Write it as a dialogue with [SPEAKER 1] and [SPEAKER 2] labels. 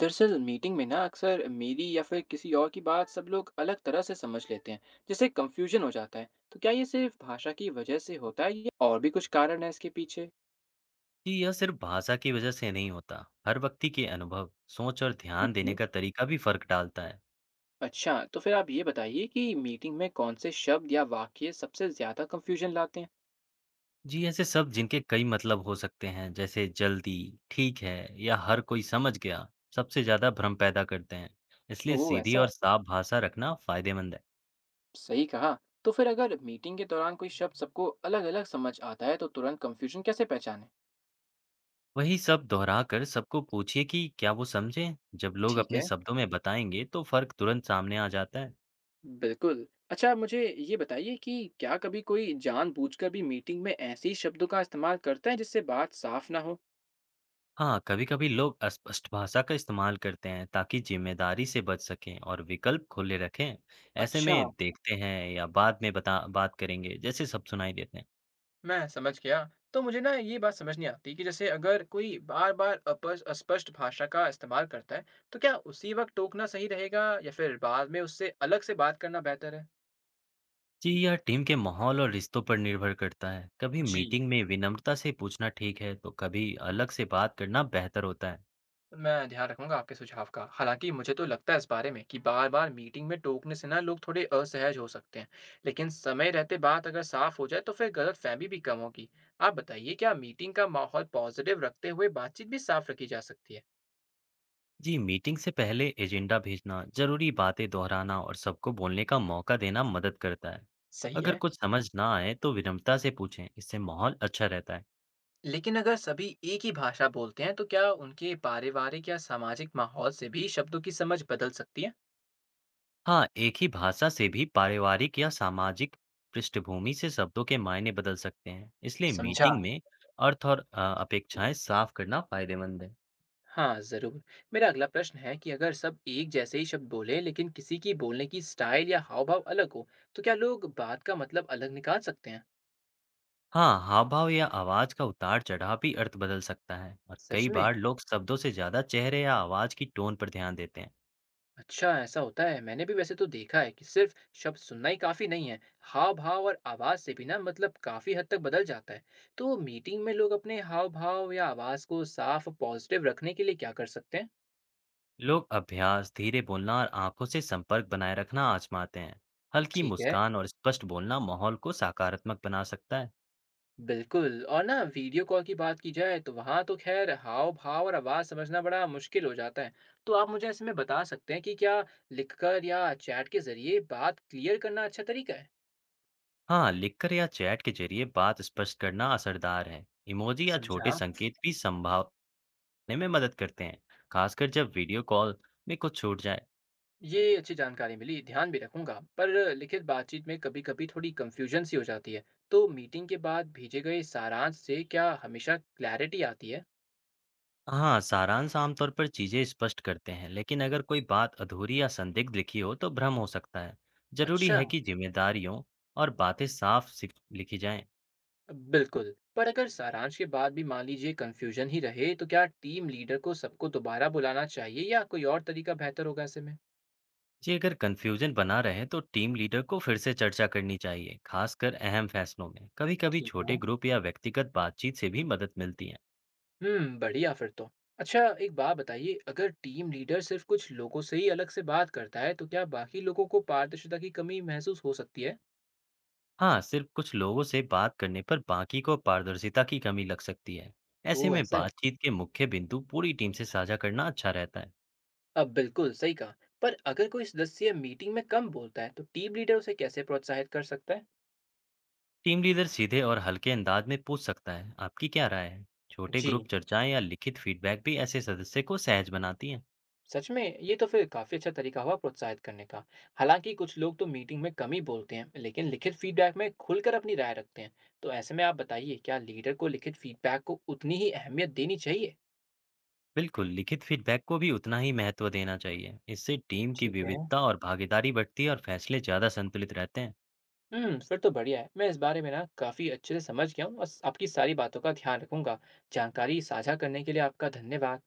[SPEAKER 1] दरअसल मीटिंग में ना अक्सर मेरी या फिर किसी और की बात सब लोग अलग तरह से समझ लेते हैं, जिससे कंफ्यूजन हो जाता है। तो क्या ये सिर्फ भाषा की वजह से होता है या और भी कुछ कारण है इसके पीछे?
[SPEAKER 2] जी, यह सिर्फ भाषा की वजह से नहीं होता। हर व्यक्ति के अनुभव, सोच और ध्यान देने
[SPEAKER 1] हम्म।
[SPEAKER 2] का तरीका भी फर्क डालता है।
[SPEAKER 1] अच्छा, तो फिर आप ये बताइए कि मीटिंग में कौन से शब्द या वाक्य सबसे ज्यादा कंफ्यूजन लाते हैं?
[SPEAKER 2] जी, ऐसे शब्द जिनके कई मतलब हो सकते हैं, जैसे जल्दी, ठीक है या हर कोई समझ गया, सबसे ज्यादा भ्रम पैदा करते हैं। इसलिए
[SPEAKER 1] ओह,
[SPEAKER 2] सीधी
[SPEAKER 1] ऐसा है।
[SPEAKER 2] और साफ भाषा रखना फायदेमंद है।
[SPEAKER 1] सही कहा। तो फिर अगर मीटिंग के दौरान कोई शब्द सबको अलग अलग समझ आता है तो तुरंत कंफ्यूजन कैसे पहचाने?
[SPEAKER 2] वही शब्द दोहरा कर सबको पूछिए कि क्या वो समझे? जब लोग
[SPEAKER 1] ठीक
[SPEAKER 2] अपने
[SPEAKER 1] है,
[SPEAKER 2] शब्दों में बताएंगे, तो फर्क तुरंत सामने आ जाता है।
[SPEAKER 1] बिल्कुल। अच्छा, मुझे ये बताइए कि क्या कभी कोई जानबूझकर भी मीटिंग में ऐसे शब्दों का इस्तेमाल करता है जिससे बात साफ ना हो?
[SPEAKER 2] हाँ, कभी-कभी लोग अस्पष्ट भाषा का इस्तेमाल करते हैं ताकि जिम्मेदारी से बच सकें और विकल्प खुले रखें। ऐसे
[SPEAKER 1] अच्छा।
[SPEAKER 2] में देखते हैं या बाद में बता बात करेंगे, जैसे सब सुनाई देते हैं।
[SPEAKER 1] मैं समझ गया। तो मुझे ना ये बात समझ नहीं आती कि जैसे अगर कोई बार बार अपस अस्पष्ट भाषा का इस्तेमाल करता है तो क्या उसी वक्त टोकना सही रहेगा या फिर बाद में उससे अलग से बात करना बेहतर है?
[SPEAKER 2] जी, यह टीम के माहौल और रिश्तों पर निर्भर करता है। कभी
[SPEAKER 1] जी,
[SPEAKER 2] मीटिंग में विनम्रता से पूछना ठीक है, तो कभी अलग से बात करना बेहतर होता है।
[SPEAKER 1] मैं ध्यान रखूंगा आपके सुझाव का। हालांकि मुझे तो लगता है इस बारे में कि बार बार मीटिंग में टोकने से ना लोग थोड़े असहज हो सकते हैं, लेकिन समय रहते बात अगर साफ हो जाए तो फिर गलतफहमी भी कम होगी। आप बताइए, क्या मीटिंग का माहौल पॉजिटिव रखते हुए बातचीत भी साफ रखी जा सकती है?
[SPEAKER 2] जी, मीटिंग से पहले एजेंडा भेजना, जरूरी बातें दोहराना और सबको बोलने का मौका देना मदद करता है।
[SPEAKER 1] सही
[SPEAKER 2] अगर
[SPEAKER 1] है।
[SPEAKER 2] कुछ समझ ना आए, तो विनम्रता से पूछें, इससे माहौल अच्छा रहता है।
[SPEAKER 1] लेकिन अगर सभी एक ही भाषा बोलते हैं तो क्या उनके पारिवारिक या सामाजिक माहौल से भी शब्दों की समझ बदल सकती है?
[SPEAKER 2] हाँ, एक ही भाषा से भी पारिवारिक या सामाजिक पृष्ठभूमि से शब्दों के मायने बदल सकते हैं। इसलिए
[SPEAKER 1] समझा।
[SPEAKER 2] मीटिंग में अर्थ और अपेक्षाएं साफ करना फायदेमंद है।
[SPEAKER 1] हाँ, ज़रूर। मेरा अगला प्रश्न है कि अगर सब एक जैसे ही शब्द बोलें लेकिन किसी की बोलने की स्टाइल या हाव-भाव अलग हो, तो क्या लोग बात का मतलब अलग निकाल सकते हैं?
[SPEAKER 2] हाँ, हाव-भाव या आवाज का उतार-चढ़ाव भी अर्थ बदल सकता है और
[SPEAKER 1] सच
[SPEAKER 2] कई
[SPEAKER 1] में?
[SPEAKER 2] बार लोग शब्दों से ज्यादा चेहरे या आवाज की टोन पर ध्यान देते हैं।
[SPEAKER 1] अच्छा, ऐसा होता है। मैंने भी वैसे तो देखा है कि सिर्फ़ शब्द सुनना ही काफ़ी नहीं है। हाव-भाव और आवाज़ से भी ना मतलब काफ़ी हद तक बदल जाता है। तो मीटिंग में लोग अपने हाव-भाव या आवाज़ को साफ़ और पॉज़िटिव रखने के लिए क्या कर सकते हैं?
[SPEAKER 2] लोग अभ्यास, धीरे बोलना और आंखों से संपर्क बनाए रखना आजमाते हैं। हल्की
[SPEAKER 1] ठीक है,
[SPEAKER 2] मुस्कान और स्पष्ट बोलना माहौल को सकारात्मक बना सकता है।
[SPEAKER 1] बिल्कुल। और ना, वीडियो कॉल की बात की जाए तो वहाँ तो खैर हाव भाव और आवाज़ समझना बड़ा मुश्किल हो जाता है। तो आप मुझे ऐसे में बता सकते हैं कि क्या लिखकर या चैट के जरिए बात क्लियर करना अच्छा तरीका है?
[SPEAKER 2] हाँ, लिखकर या चैट के जरिए बात स्पष्ट करना असरदार है। इमोजी या छोटे
[SPEAKER 1] समझा।
[SPEAKER 2] संकेत भी संभावने में मदद करते हैं, खासकर जब वीडियो कॉल में कुछ छूट जाए।
[SPEAKER 1] ये अच्छी जानकारी मिली, ध्यान भी रखूंगा। पर लिखित बातचीत में कभी कभी थोड़ी कंफ्यूजन सी हो जाती है, तो मीटिंग के बाद भेजे गए सारांश से क्या हमेशा क्लैरिटी आती है?
[SPEAKER 2] हाँ, सारांश आमतौर पर चीजें स्पष्ट करते हैं, लेकिन अगर कोई बात अधूरी या संदिग्ध लिखी हो तो भ्रम हो सकता है। जरूरी
[SPEAKER 1] अच्छा।
[SPEAKER 2] है कि जिम्मेदारियों और बातें साफ लिखी जाएं।
[SPEAKER 1] बिल्कुल, पर अगर सारांश के बाद भी मान लीजिए कंफ्यूजन ही रहे तो क्या टीम लीडर को सबको दोबारा बुलाना चाहिए या कोई और तरीका बेहतर होगा ऐसे में?
[SPEAKER 2] जी, अगर कंफ्यूजन बना रहे तो टीम लीडर को फिर से चर्चा करनी चाहिए, खासकर अहम फैसलों में। कभी-कभी
[SPEAKER 1] ठीक
[SPEAKER 2] छोटे
[SPEAKER 1] है।
[SPEAKER 2] ग्रुप या व्यक्तिगत बातचीत से भी मदद मिलती है।
[SPEAKER 1] हम्म, बढ़िया। फिर तो अच्छा, एक बात बताइए, अगर टीम लीडर सिर्फ कुछ लोगों से ही अलग से बात करता है तो क्या बाकी लोगों को पारदर्शिता की कमी महसूस हो सकती है?
[SPEAKER 2] हाँ, सिर्फ कुछ लोगों से बात करने पर बाकी को पारदर्शिता की कमी लग सकती है। ऐसे
[SPEAKER 1] वो,
[SPEAKER 2] में
[SPEAKER 1] ऐसा है।
[SPEAKER 2] बातचीत के मुख्य बिंदु पूरी टीम से साझा करना अच्छा रहता है।
[SPEAKER 1] अब बिल्कुल सही कहा। पर अगर कोई सदस्य मीटिंग में कम बोलता है तो टीम लीडर उसे कैसे प्रोत्साहित कर सकता है?
[SPEAKER 2] टीम लीडर सीधे और हल्के अंदाज में पूछ सकता है, आपकी क्या राय है। छोटे ग्रुप
[SPEAKER 1] जी।
[SPEAKER 2] चर्चाएं या लिखित फीडबैक भी ऐसे सदस्य को सहज बनाती हैं।
[SPEAKER 1] सच में, ये तो फिर काफी अच्छा तरीका हुआ प्रोत्साहित करने का। हालांकि कुछ लोग तो मीटिंग में कम ही बोलते हैं लेकिन लिखित फीडबैक में खुलकर अपनी राय रखते हैं, तो ऐसे में आप बताइए, क्या लीडर को लिखित फीडबैक को उतनी ही अहमियत देनी चाहिए?
[SPEAKER 2] बिल्कुल, लिखित फीडबैक को भी उतना ही महत्व देना चाहिए। इससे टीम की
[SPEAKER 1] ठीक है।
[SPEAKER 2] विविधता और भागीदारी बढ़ती है और फैसले ज्यादा संतुलित रहते हैं।
[SPEAKER 1] हम्म, फिर तो बढ़िया है। मैं इस बारे में ना काफी अच्छे से समझ गया हूँ और आपकी सारी बातों का ध्यान रखूंगा। जानकारी साझा करने के लिए आपका धन्यवाद।